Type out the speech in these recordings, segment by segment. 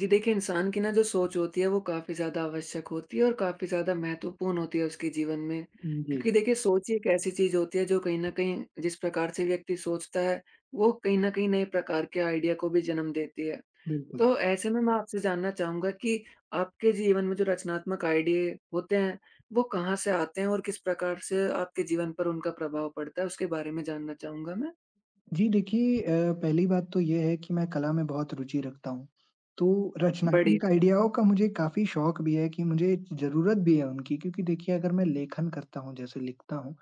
जी देखिए, इंसान की ना जो सोच होती है वो काफ़ी ज़्यादा आवश्यक होती है और काफ़ी ज़्यादा महत्वपूर्ण होती है उसके जीवन में। हुँ, जी, क्योंकि देखिए सोच ही एक ऐसी चीज़ होती है जो कहीं न कहीं जिस प्रकार से व्यक्ति सोचता है, वो कहीं न कहीं नए प्रकार के आइडिया को भी जन्म देती है। बिल्कुल। तो ऐसे में मैं आपसे जानना चाहूँगा कि आपके जीवन में जो रचनात्मक आइडिया होते हैं, वो कहाँ से आते हैं और किस प्रकार से आपके जीवन पर उनका प्रभाव पड़ता है? उसके बारे में जानना चाहूँगा मैं। जी, देखिए पहली बात तो ये है कि मैं कला में बहुत रुचि रखता हूँ, तो रचनात्मक बढ़िया। आइडियाओं का मुझे काफ़ी शौक भी है कि मुझे ज़रूरत भी है उनकी क्योंकि देखिए अगर मैं लेखन करता हूँ, जैसे लिखता हूँ,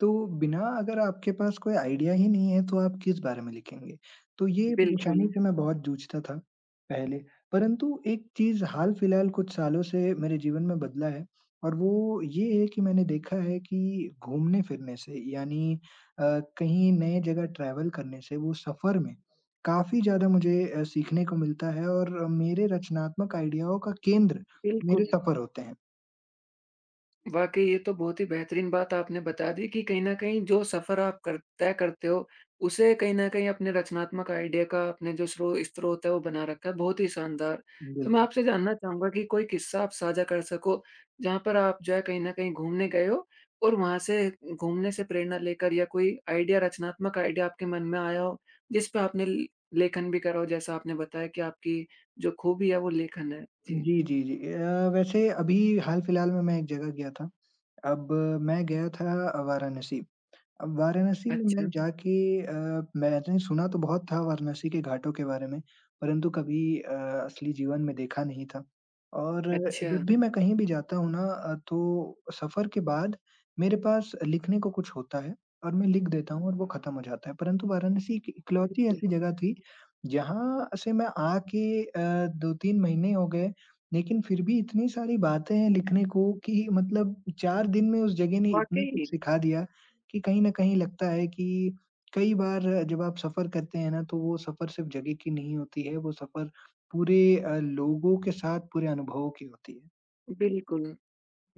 तो बिना अगर आपके पास कोई आइडिया ही नहीं है, तो आप किस बारे में लिखेंगे? तो ये परेशानी बिल्कुल, से मैं बहुत जूझता था पहले, परंतु एक चीज़ हाल-फिलहाल कुछ सालों से मेरे जीवन में बदला है और वो ये है कि मैंने देखा है कि घूमने-फिरने से यानी अ, कहीं नए जगह ट्रैवल करने से वो सफ़र में काफ़ी ज़्यादा मुझे सीखने को मिलता है और मेरे रचनात्मक आइडियाओं का केंद्र बिल्कुल। मेरे सफ़र होते हैं। वाक़ई, ये तो बहुत ही बेहतरीन बात आपने बता दी कि कहीं न कहीं जो सफ़र आप कर तय करते हो, उसे कहीं न कहीं अपने रचनात्मक आइडिया का आपने जो स्रोत है वो बना रखा है, बहुत ही शानदार। तो मैं बिल्कुल। आपसे जानना चाहूँगा कि कोई किस्सा आप साझा कर सको, जहाँ पर आप जो है कहीं न कहीं घूमने गए हो और वहाँ से घूमने से प्रेरणा लेकर या कोई आइडिया, रचनात्मक आइडिया आपके मन में आया हो, जिस पे आपने ल लेखन भी करा हो, जैसा आपने बताया कि आपकी जो खूबी है वो लेखन है? जी। जी, जी, जी। वैसे अभी हाल-फिलहाल में मैं एक जगह गया था। अब मैं गया था वाराणसी। अब वाराणसी में मैं अच्छा, जाके अ, मैंने सुना तो बहुत था वाराणसी के घाटों के बारे में, परंतु कभी असली जीवन में देखा नहीं था। और अच्छा। जब भी मैं कहीं भी जाता हूँ ना तो सफ़र के बाद मेरे पास लिखने को कुछ होता है और मैं लिख देता हूँ और वो खत्म हो जाता है। परंतु वाराणसी एक इकलौती बिल्कुल, ऐसी जगह थी, जहाँ से मैं आके 2-3 महीने हो गए, लेकिन फिर भी इतनी सारी बातें हैं लिखने को कि मतलब 4 दिन में उस जगह ने इतना वाक़ई। कुछ सिखा दिया कि कहीं न कहीं लगता है कि कई बार जब आप सफ़र करते हैं ना, तो वो सफ़र सिर्फ़ जगह की नहीं होती है, वो सफ़र पूरे लोगों के साथ, पूरे अनुभवों की होती है। बिल्कुल।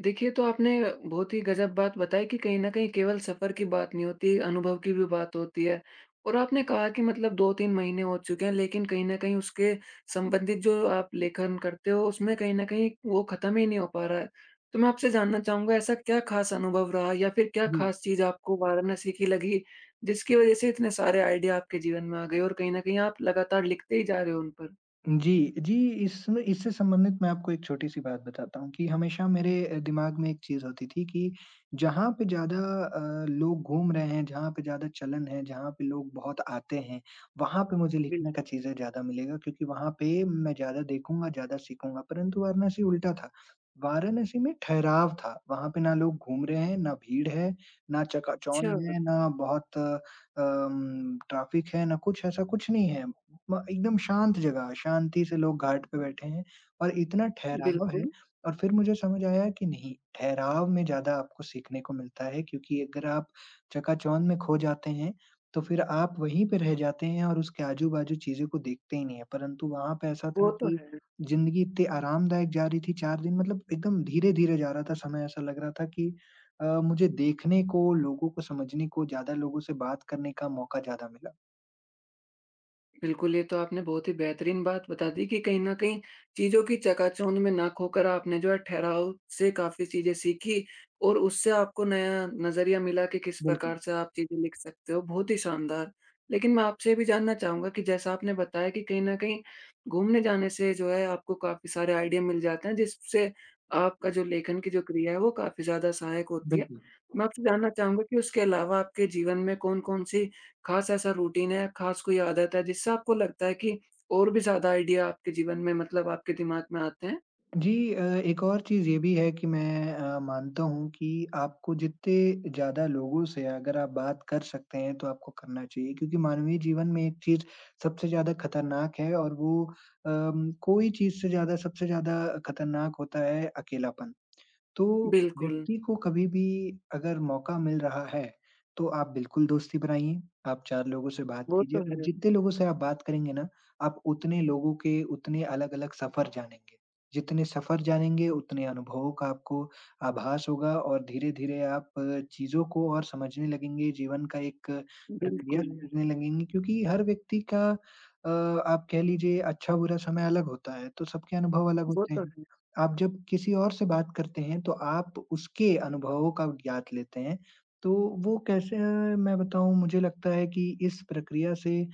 देखिए, तो आपने बहुत ही गज़ब बात बताई कि कहीं न कहीं केवल सफ़र की बात नहीं होती, अनुभव की भी बात होती है। और आपने कहा कि मतलब 2-3 महीने हो चुके हैं, लेकिन कहीं न कहीं उसके संबंधित जो आप लेखन करते हो, उसमें कहीं न कहीं वो ख़त्म ही नहीं हो पा रहा है। तो मैं आपसे जानना चाहूँगा, ऐसा क्या ख़ास अनुभव रहा या फिर क्या जी। ख़ास चीज़ आपको वाराणसी की लगी, जिसकी वज़ह से इतने सारे आइडिया आपके जीवन में आ गए और कहीं न कहीं आप लगातार लिखते ही जा रहे हो उन पर? जी, जी, इसमें इससे संबंधित मैं आपको एक छोटी-सी बात बताता हूँ कि हमेशा मेरे दिमाग में एक चीज़ होती थी कि जहाँ पे ज़्यादा लोग घूम रहे हैं, जहाँ पे ज़्यादा चलन है, जहाँ पे लोग बहुत आते हैं, वहाँ पे मुझे लिखने का बिल्कुल। चीज़ें ज़्यादा मिलेगा क्योंकि वहाँ पे मैं ज़्यादा देखूँगा, ज़्यादा सीखूँगा। परंतु वाराणसी उल्टा था। वाराणसी में ठहराव था, वहाँ पे ना लोग घूम रहे हैं, ना भीड़ है, ना चकाचौंध अच्छा, है, ना बहुत ट्रैफिक है, ना कुछ ऐसा कुछ नहीं है। म एकदम शांत जगह है, शांति से लोग घाट पे बैठे हैं और इतना ठहराव है बिल्कुल। और फिर मुझे समझ आया कि नहीं, ठहराव में ज़्यादा आपको सीखने को मिलता है क्योंकि अगर आप चकाचौंध में खो जाते हैं, तो फिर आप वहीं पे रह जाते हैं और उसके आजू-बाजू चीज़ों को देखते ही नहीं है। परंतु वहाँ पे ऐसा था वो तो कि है। ज़िंदगी इतनी आरामदायक जा रही थी 4 दिन मतलब एकदम धीरे-धीरे जा रहा था समय, ऐसा लग रहा था कि मुझे देखने को, लोगों को समझने को, ज़्यादा लोगों से बात करने का मौका ज़्यादा मिला। बिल्कुल, ये तो आपने बहुत ही बेहतरीन बात बता दी कि कहीं न कहीं चीज़ों की चकाचौंध में ना खोकर आपने जो है ठहराव से काफ़ी चीज़ें सीखी और उससे आपको नया नज़रिया मिला कि किस बिल्कुल, प्रकार से आप चीज़ें लिख सकते हो, बहुत ही शानदार। लेकिन मैं आपसे ये भी जानना चाहूँगा कि जैसा आपने बताया कि कहीं न कहीं घूमने जाने से जो है आपको काफ़ी सारे आइडिया मिल जाते हैं, जिससे आपका जो लेखन की जो क्रिया है वो काफ़ी ज़्यादा सहायक होती है। बिल्कुल। मैं आपसे जानना चाहूँगा कि उसके अलावा आपके जीवन में कौन-कौन सी खास ऐसा रूटीन है, खास कोई आदत है जिससे आपको लगता है कि और भी ज़्यादा आइडिया आपके जीवन में, मतलब आपके दिमाग में आते हैं? जी एक और चीज़ ये भी है कि मैं मानता हूँ कि आपको जितने ज़्यादा लोगों से अगर आप बात कर सकते हैं तो आपको करना चाहिए क्योंकि मानवीय जीवन में एक चीज़ सबसे ज़्यादा खतरनाक है और वो कोई चीज़ से ज़्यादा सबसे ज़्यादा खतरनाक होता है अकेलापन। तो बिल्कुल। व्यक्ति को कभी भी अगर मौका मिल रहा है, तो आप बिल्कुल दोस्ती बनाइए, आप 4 लोगों से बात वो कीजिए तो और है। जितने लोगों से आप बात करेंगे ना, आप उतने लोगों के उतने अलग-अलग सफ़र जानेंगे। जितने सफ़र जानेंगे, उतने अनुभवों का आपको आभास होगा और धीरे-धीरे आप चीज़ों को और समझने लगेंगे, जीवन का एक प्रक्रिया बिल्कुल, समझने लगेंगे क्योंकि हर व्यक्ति का आप कह लीजिए अच्छा-बुरा समय अलग होता है, तो सबके अनुभव अलग वो होते तो हैं। है। आप जब किसी और से बात करते हैं तो आप उसके अनुभवों का ज्ञात लेते हैं। तो वो कैसे मैं बताऊँ मुझे लगता है कि इस प्रक्रिया से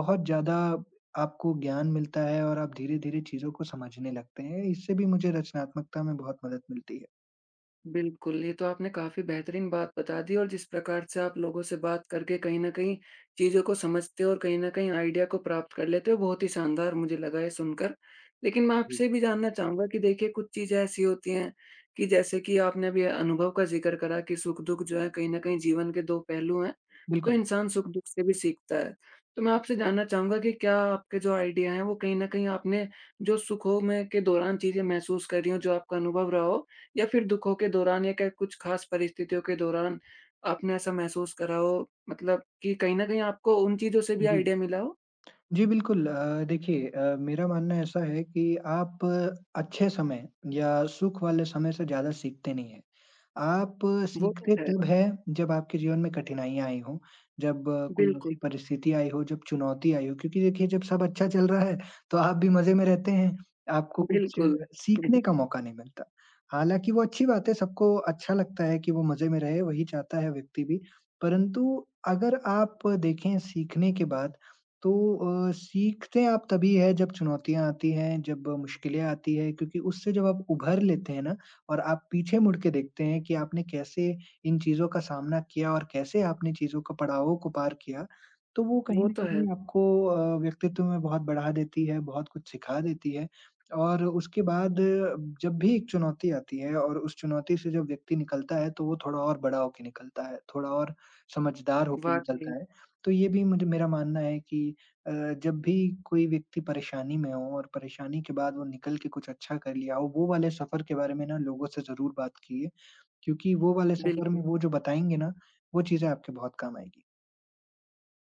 बहुत ज़्यादा आपको ज्ञान मिलता है और आप धीरे-धीरे चीज़ों को समझने लगते हैं। इससे भी मुझे रचनात्मकता में बहुत मदद मिलती है। बिल्कुल, ये तो आपने काफ़ी बेहतरीन बात बता दी, और जिस प्रकार से आप लोगों से बात करके कहीं न कहीं चीज़ों को समझते हो और कहीं न कहीं आइडिया को प्राप्त कर लेते हो, बहुत ही शानदार मुझे लगा ये सुनकर। लेकिन मैं जी। आपसे भी जानना चाहूँगा कि देखिए कुछ चीज़ें ऐसी होती हैं कि जैसे कि आपने अभी अनुभव का ज़िक्र करा कि सुख-दुख जो है कहीं न कहीं जीवन के 2 पहलू हैं, तो बिल्कुल, इंसान सुख-दुख से भी सीखता है। तो मैं आपसे जानना चाहूँगा कि क्या आपके जो आइडिया हैं वो कहीं न कहीं आपने जो सुखों में के दौरान चीज़ें महसूस करी हों, जो आपका अनुभव रहा हो, या फिर दुखों के दौरान, या क्या कुछ खास परिस्थितियों के दौरान आपने ऐसा महसूस करा हो, मतलब कि कहीं न कहीं आपको उन चीज़ों से भी जी। आइडिया मिला हो? जी, बिल्कुल देखिए मेरा मानना ऐसा है कि आप अच्छे समय या सुख वाले समय से ज़्यादा सीखते नहीं हैं। आप वो तो सीखते है। तब हैं, जब आपके जीवन में कठिनाइयाँ आई हों, जब कोई बिल्कुल, ऐसी परिस्थिति आई हो, जब चुनौती आई हो क्योंकि देखिए जब सब अच्छा चल रहा है, तो आप भी मज़े में रहते हैं, आपको कुछ बिल्कुल। सीखने का मौका नहीं मिलता। हालाँकि वो अच्छी बात है, सबको अच्छा लगता है कि वो मज़े में रहे, वही चाहता है व्यक्ति भी। परंतु अगर आप देखें सीखने के बाद तो सीखते आप तभी है जब चुनौतियाँ आती हैं, जब मुश्किलें आती हैं क्योंकि उससे जब आप उभर लेते हैं ना और आप पीछे मुड़ के देखते हैं कि आपने कैसे इन चीज़ों का सामना किया और कैसे आपने चीज़ों का पड़ावों को पार किया, तो वो कहीं वो न तो है, कहीं आपको व्यक्तित्व में बहुत बढ़ा देती है, बहुत कुछ सिखा देती है। और उसके बाद जब भी एक चुनौती आती है और उस चुनौती से जब व्यक्ति निकलता है, तो वो थोड़ा और बड़ा होके निकलता है, थोड़ा और समझदार होके वाक़ई, निकलता है। तो ये भी मुझे मेरा मानना है कि अ, जब भी कोई व्यक्ति परेशानी में हो और परेशानी के बाद वो निकल के कुछ अच्छा कर लिया हो, वो वाले सफ़र के बारे में ना लोगों से ज़रूर बात कीजिए, क्योंकि वो वाले सफ़र बिल्कुल। में वो जो बताएँगे ना, वो चीज़ें आपके बहुत काम आएगी।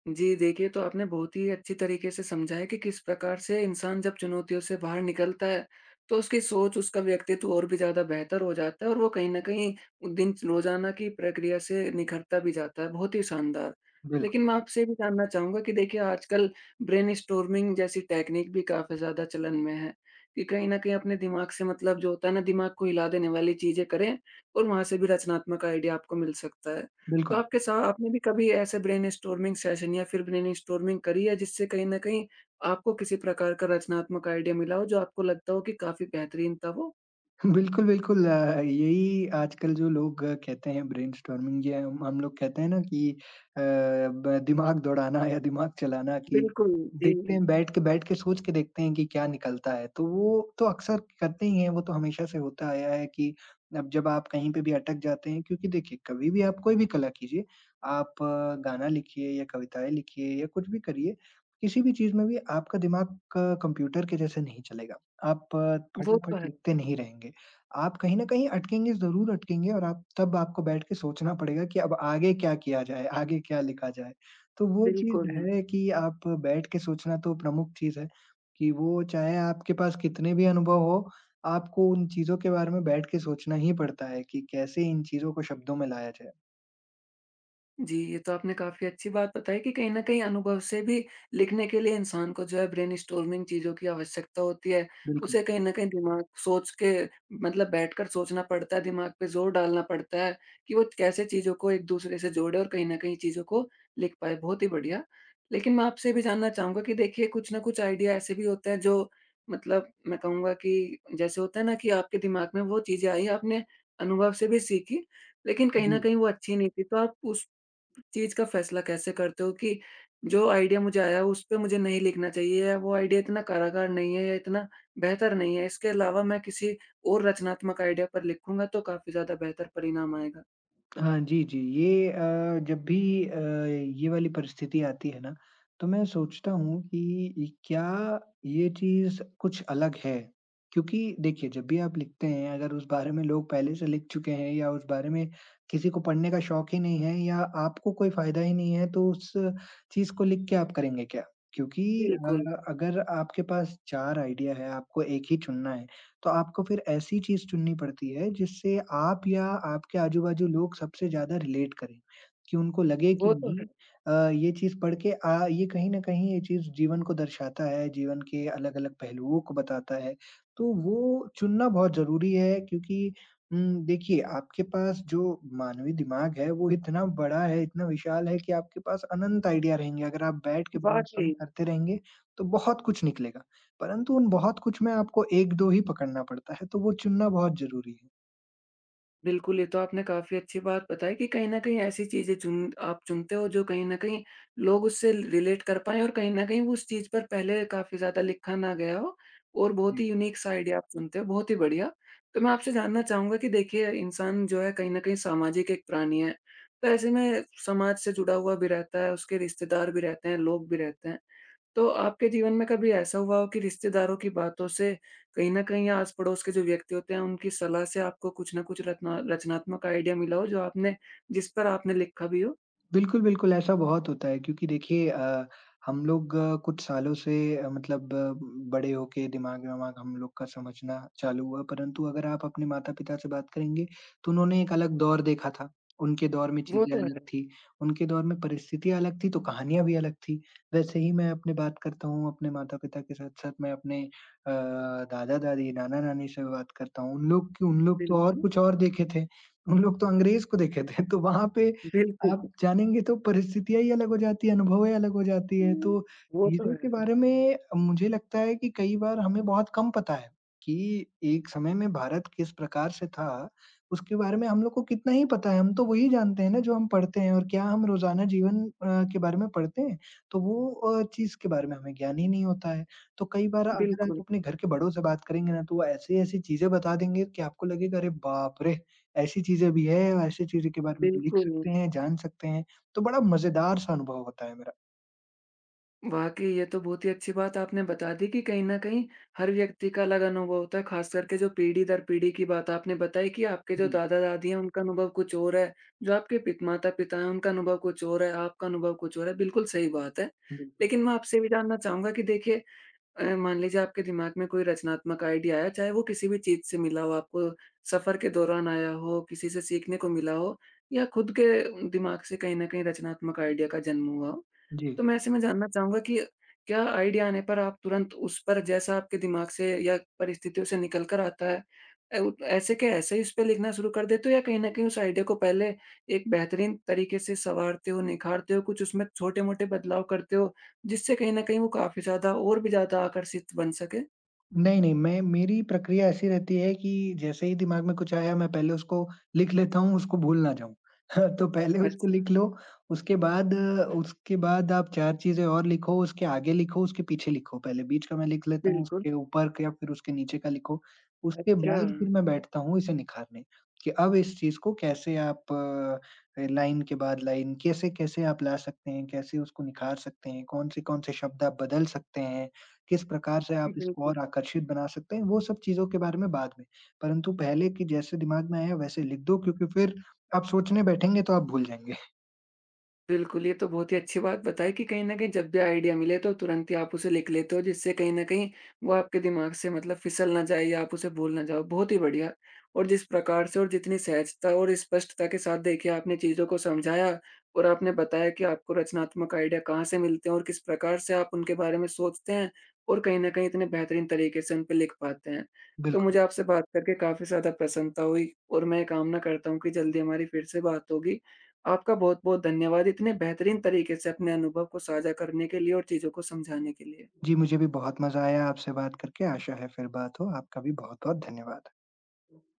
जी, देखिए, तो आपने बहुत ही अच्छी तरीके से समझा है कि किस प्रकार से इंसान जब चुनौतियों से बाहर निकलता है, तो उसकी सोच, उसका व्यक्तित्व और भी ज़्यादा बेहतर हो जाता है और वो कहीं न कहीं उ दिन रोज़ाना की प्रक्रिया से निखरता भी जाता है, बहुत ही शानदार। बिल्कुल, लेकिन मैं आपसे ये भी जानना चाहूँगा कि देखिए आजकल ब्रेनस्टॉर्मिंग जैसी टेक्नीक भी काफ़ी ज़्यादा चलन में है, कि कहीं न कहीं अपने दिमाग से, मतलब जो होता है ना, दिमाग को हिला देने वाली चीज़ें करें और वहाँ से भी रचनात्मक आइडिया आपको मिल सकता है। तो बिल्कुल। आपके साथ आपने भी कभी ऐसे ब्रेनस्टॉर्मिंग सेशन या फिर ब्रेनस्टॉर्मिंग करी है जिससे कहीं न कहीं आपको किसी प्रकार का रचनात्मक आइडिया मिला हो जो आपको लगता हो कि काफ़ी बेहतरीन था वो? बिल्कुल, बिल्कुल यही आजकल जो लोग कहते हैं ब्रेनस्टॉर्मिंग ये हम लोग कहते हैं ना कि अ, ब दिमाग दौड़ाना या दिमाग चलाना कि बिल्कुल, जी। देखते हैं बैठ के सोच के देखते हैं कि क्या निकलता है। तो वो तो अक्सर करते ही हैं, वो तो हमेशा से होता आया है कि अब जब आप कहीं पे भी अटक जाते हैं क्योंकि देखिए कभी भी आप कोई भी कला कीजिए, आप गाना लिखिए या कविताएँ लिखिए या कुछ भी करिए, किसी भी चीज़ में भी आपका दिमाग कंप्यूटर के जैसे नहीं चलेगा। आप वो तो फटाफट है। लिखते नहीं रहेंगे। आप कहीं न कहीं अटकेंगे, ज़रूर अटकेंगे और आप तब आपको बैठ के सोचना पड़ेगा कि अब आगे क्या किया जाए, आगे क्या लिखा जाए। तो वो चीज़ बिल्कुल। है कि आप बैठ के सोचना तो प्रमुख चीज़ है, कि वो चाहे आपके पास कितने भी अनुभव हो, आपको उन चीज़ों के बारे में बैठ के सोचना ही पड़ता है कि कैसे इन चीज़ों को शब्दों में लाया जाए। जी, ये तो आपने काफ़ी अच्छी बात बताई कि कहीं न कहीं अनुभव से भी लिखने के लिए इंसान को जो है ब्रेनस्टॉर्मिंग, चीज़ों की आवश्यकता होती है। बिल्कुल। उसे कहीं न कहीं दिमाग सोच के, मतलब बैठकर सोचना पड़ता है, दिमाग पे ज़ोर डालना पड़ता है कि वो कैसे चीज़ों को एक-दूसरे से जोड़े और कहीं न कहीं चीज़ों को लिख पाए। बहुत ही बढ़िया। लेकिन मैं आपसे ये भी जानना चाहूँगा कि देखिए कुछ न कुछ आइडिया ऐसे भी होते हैं जो, मतलब मैं कहूँगा कि जैसे होता है ना कि आपके दिमाग में वो चीज़ें आई, आपने अनुभव से भी सीखी, लेकिन कहीं न जी। कहीं वो अच्छी नहीं थी। तो आप उस चीज़ का फैसला कैसे करते हो कि जो आइडिया मुझे आया उस पे मुझे नहीं लिखना चाहिए, या वो आइडिया इतना कारागार नहीं है या इतना बेहतर नहीं है। इसके अलावा मैं किसी और रचनात्मक आइडिया पर लिखूँगा तो काफ़ी ज़्यादा बेहतर परिणाम आएगा। हाँ जी, जी। ये ये वाली परिस्थिति आती है ना, तो मैं सोचता हूँ कि क्या ये चीज़ कुछ अलग है? क्योंकि देखिए, जब भी आप लिखते हैं, अगर उस बारे में लोग पहले से लिख चुके हैं या उस बारे में किसी को पढ़ने का शौक ही नहीं है या आपको कोई फ़ायदा ही नहीं है, तो उस चीज़ को लिख के आप करेंगे क्या? क्योंकि बिल्कुल, अगर आपके पास 4 आइडिया है, आपको एक ही चुनना है। तो आपको फिर ऐसी चीज़ चुननी पड़ती है जिससे आप या आपके आजू-बाजू लोग सबसे ज़्यादा रिलेट करें, कि उनको लगे कि वो तो है। नहीं ये चीज़ पढ़ के ये कहीं न कहीं ये चीज़ जीवन को दर्शाता है, जीवन के अलग-अलग पहलुओं को बताता है। तो वो चुनना बहुत ज़रूरी है क्योंकि देखिए आपके पास जो मानवी दिमाग है वो इतना बड़ा है, इतना विशाल है कि आपके पास अनंत आइडिया रहेंगे। अगर आप बैठ के ब्रेनस्टॉर्म वाक़ई। करते रहेंगे, तो बहुत कुछ निकलेगा। परंतु उन बहुत कुछ में आपको 1-2 ही पकड़ना पड़ता है, तो वो चुनना बहुत ज़रूरी है। बिल्कुल, ये तो आपने काफ़ी अच्छी बात बताई कि कहीं न कहीं ऐसी चीज़ें चुन, आप चुनते हो जो कहीं न कहीं लोग उससे रिलेट कर पाएँ और कहीं न कहीं वो उस चीज़ पर पहले काफ़ी ज़्यादा लिखा ना गया हो और बहुत जी। ही यूनिक सा आइडिया आप चुनते हो, बहुत ही बढ़िया। तो मैं आपसे जानना चाहूँगा कि देखिए इंसान जो है कहीं न कहीं सामाजिक एक प्राणी है, तो ऐसे में समाज से जुड़ा हुआ भी रहता है, उसके रिश्तेदार भी रहते हैं, लोग भी रहते हैं। तो आपके जीवन में कभी ऐसा हुआ हो कि रिश्तेदारों की बातों से कहीं न कहीं, या आस-पड़ोस के जो व्यक्ति होते हैं, उनकी सलाह से आपको कुछ न कुछ रत्ना रचनात्मक आइडिया मिला हो, जो आपने, जिस पर आपने लिखा भी हो? बिल्कुल, बिल्कुल, ऐसा बहुत होता है क्योंकि देखिए हम लोग कुछ सालों से बड़े होके दिमाग-वमाग हम लोग का समझना चालू हुआ, परंतु अगर आप अपने माता-पिता से बात करेंगे, तो उन्होंने एक अलग दौर देखा था। उनके दौर में वो चीज़ें तो है। अलग थी, उनके दौर में परिस्थितियाँ अलग थी, तो कहानियाँ भी अलग थी। वैसे ही मैं अपनी बात करता हूँ, अपने माता-पिता के साथ-साथ मैं अपने अ, दादा-दादी, नाना-नानी से भी बात करता हूँ। उन लोग तो और बिल्कुल, कुछ और देखे थे, उन लोग तो अंग्रेज़ को देखे थे, तो वहाँ पे बिल्कुल। आप जानेंगे तो परिस्थितियाँ ही अलग हो जाती है, अनुभवें अलग हो जाती है। हुँ। तो वो तो चीज़ों है। के बारे में मुझे लगता है कि कई बार हमें बहुत कम पता है कि एक समय में भारत किस प्रकार से था, उसके बारे में हम लोग को कितना ही पता है। हम तो वही जानते हैं ना जो हम पढ़ते हैं और क्या हम रोज़ाना जीवन के बारे में पढ़ते हैं, तो वो चीज़ के बारे में हमें ज्ञान ही नहीं होता है। तो कई बार अगर आप बिल्कुल, अपने घर के बड़ों से बात करेंगे ना, तो वो ऐसी-ऐसी चीज़ें बता देंगे कि आपको लगेगा, "अरे बाप रे!" ऐसी चीज़ें भी है और ऐसी चीज़ों के बारे में भी लिख बिल्कुल। सकते हैं, जान सकते हैं, तो बड़ा मज़ेदार सा अनुभव होता है मेरा। वाकई ये तो बहुत ही अच्छी बात आपने बता दी कि कहीं न कहीं हर व्यक्ति का अलग अनुभव होता है, खास करके जो पीढ़ी दर पीढ़ी की बात आपने बताई कि आपके जो जी, दादा-दादी हैं उनका अनुभव कुछ और है, जो आपके पित माता-पिता हैं उनका अनुभव कुछ और है, आपका अनुभव कुछ और है, बिल्कुल सही बात है। बिल्कुल। लेकिन मैं आपसे भी जानना चाहूँगा कि देखिए मान लीजिए आपके दिमाग में कोई रचनात्मक आइडिया आया, चाहे वो किसी भी चीज़ से मिला हो, आपको सफ़र के दौरान आया हो, किसी से सीखने को मिला हो, या खुद के दिमाग से कहीं न कहीं रचनात्मक आइडिया का जन्म हुआ हो। जी। तो मैं ऐसे में जानना चाहूँगा कि क्या आइडिया आने पर आप तुरंत उस पर, जैसा आपके दिमाग से या परिस्थितियों से निकल कर आता है, अ, उ ऐसे के ऐसे ही उस पे लिखना शुरू कर देते हो, या कहीं न कहीं उस आइडिया को पहले एक बेहतरीन तरीके से सँवारते हो, निखारते हो, कुछ उसमें छोटे-मोटे बदलाव करते हो, जिससे कहीं न कहीं वो काफ़ी ज़्यादा और भी ज़्यादा आकर्षित बन सके। नहीं, नहीं, मैं मेरी प्रक्रिया ऐसी रहती है कि जैसे ही दिमाग में कुछ आया मैं पहले उसको लिख लेता हूँ, उसको भूल ना जाऊँ। तो पहले उसको अच्छा, लिख लो, उसके बाद आप 4 चीज़ें और लिखो, उसके आगे लिखो, उसके पीछे लिखो। पहले बीच का मैं लिख लेता हूँ, बिल्कुल। उसके ऊपर का या फिर उसके नीचे का लिखो। उसके अच्छा, बाद फिर मैं बैठता हूँ इसे निखारने, कि अब इस चीज़ को कैसे आप लाइन के बाद लाइन कैसे-कैसे आप ला सकते हैं, कैसे उसको निखार सकते हैं, कौन से-कौन से शब्द आप बदल सकते हैं। किस प्रकार से आप इसको बिल्कुल। और आकर्षित बना सकते हैं, वो सब चीज़ों के बारे में बाद में। परंतु पहले कि जैसे दिमाग में आया वैसे लिख दो क्योंकि फिर आप सोचने बैठेंगे तो आप भूल जाएँगे। बिल्कुल, ये तो बहुत ही अच्छी बात बताई कि कहीं न कहीं जब भी आइडिया मिले तो तुरंत ही आप उसे लिख लेते हो, जिससे कहीं न कहीं वो आपके दिमाग से, मतलब फिसल ना जाए या आप उसे भूल ना जाओ, बहुत ही बढ़िया। और जिस प्रकार से और जितनी सहजता और स्पष्टता के साथ देखिए आपने चीज़ों को समझाया और आपने बताया कि आपको रचनात्मक आइडिया कहाँ से मिलते हैं और किस प्रकार से आप उनके बारे में सोचते हैं और कहीं न कहीं इतने बेहतरीन तरीके से उन पे लिख पाते हैं। तो बिल्कुल। मुझे आपसे बात करके काफ़ी ज़्यादा प्रसन्नता हुई और मैं कामना करता हूँ कि जल्दी हमारी फिर से बात होगी। आपका बहुत-बहुत धन्यवाद, इतने बेहतरीन तरीके से अपने अनुभव को साझा करने के लिए और चीज़ों को समझाने के लिए। जी, मुझे भी बहुत मज़ा आया आपसे बात करके, आशा है फिर बात हो। आपका भी बहुत-बहुत धन्यवाद।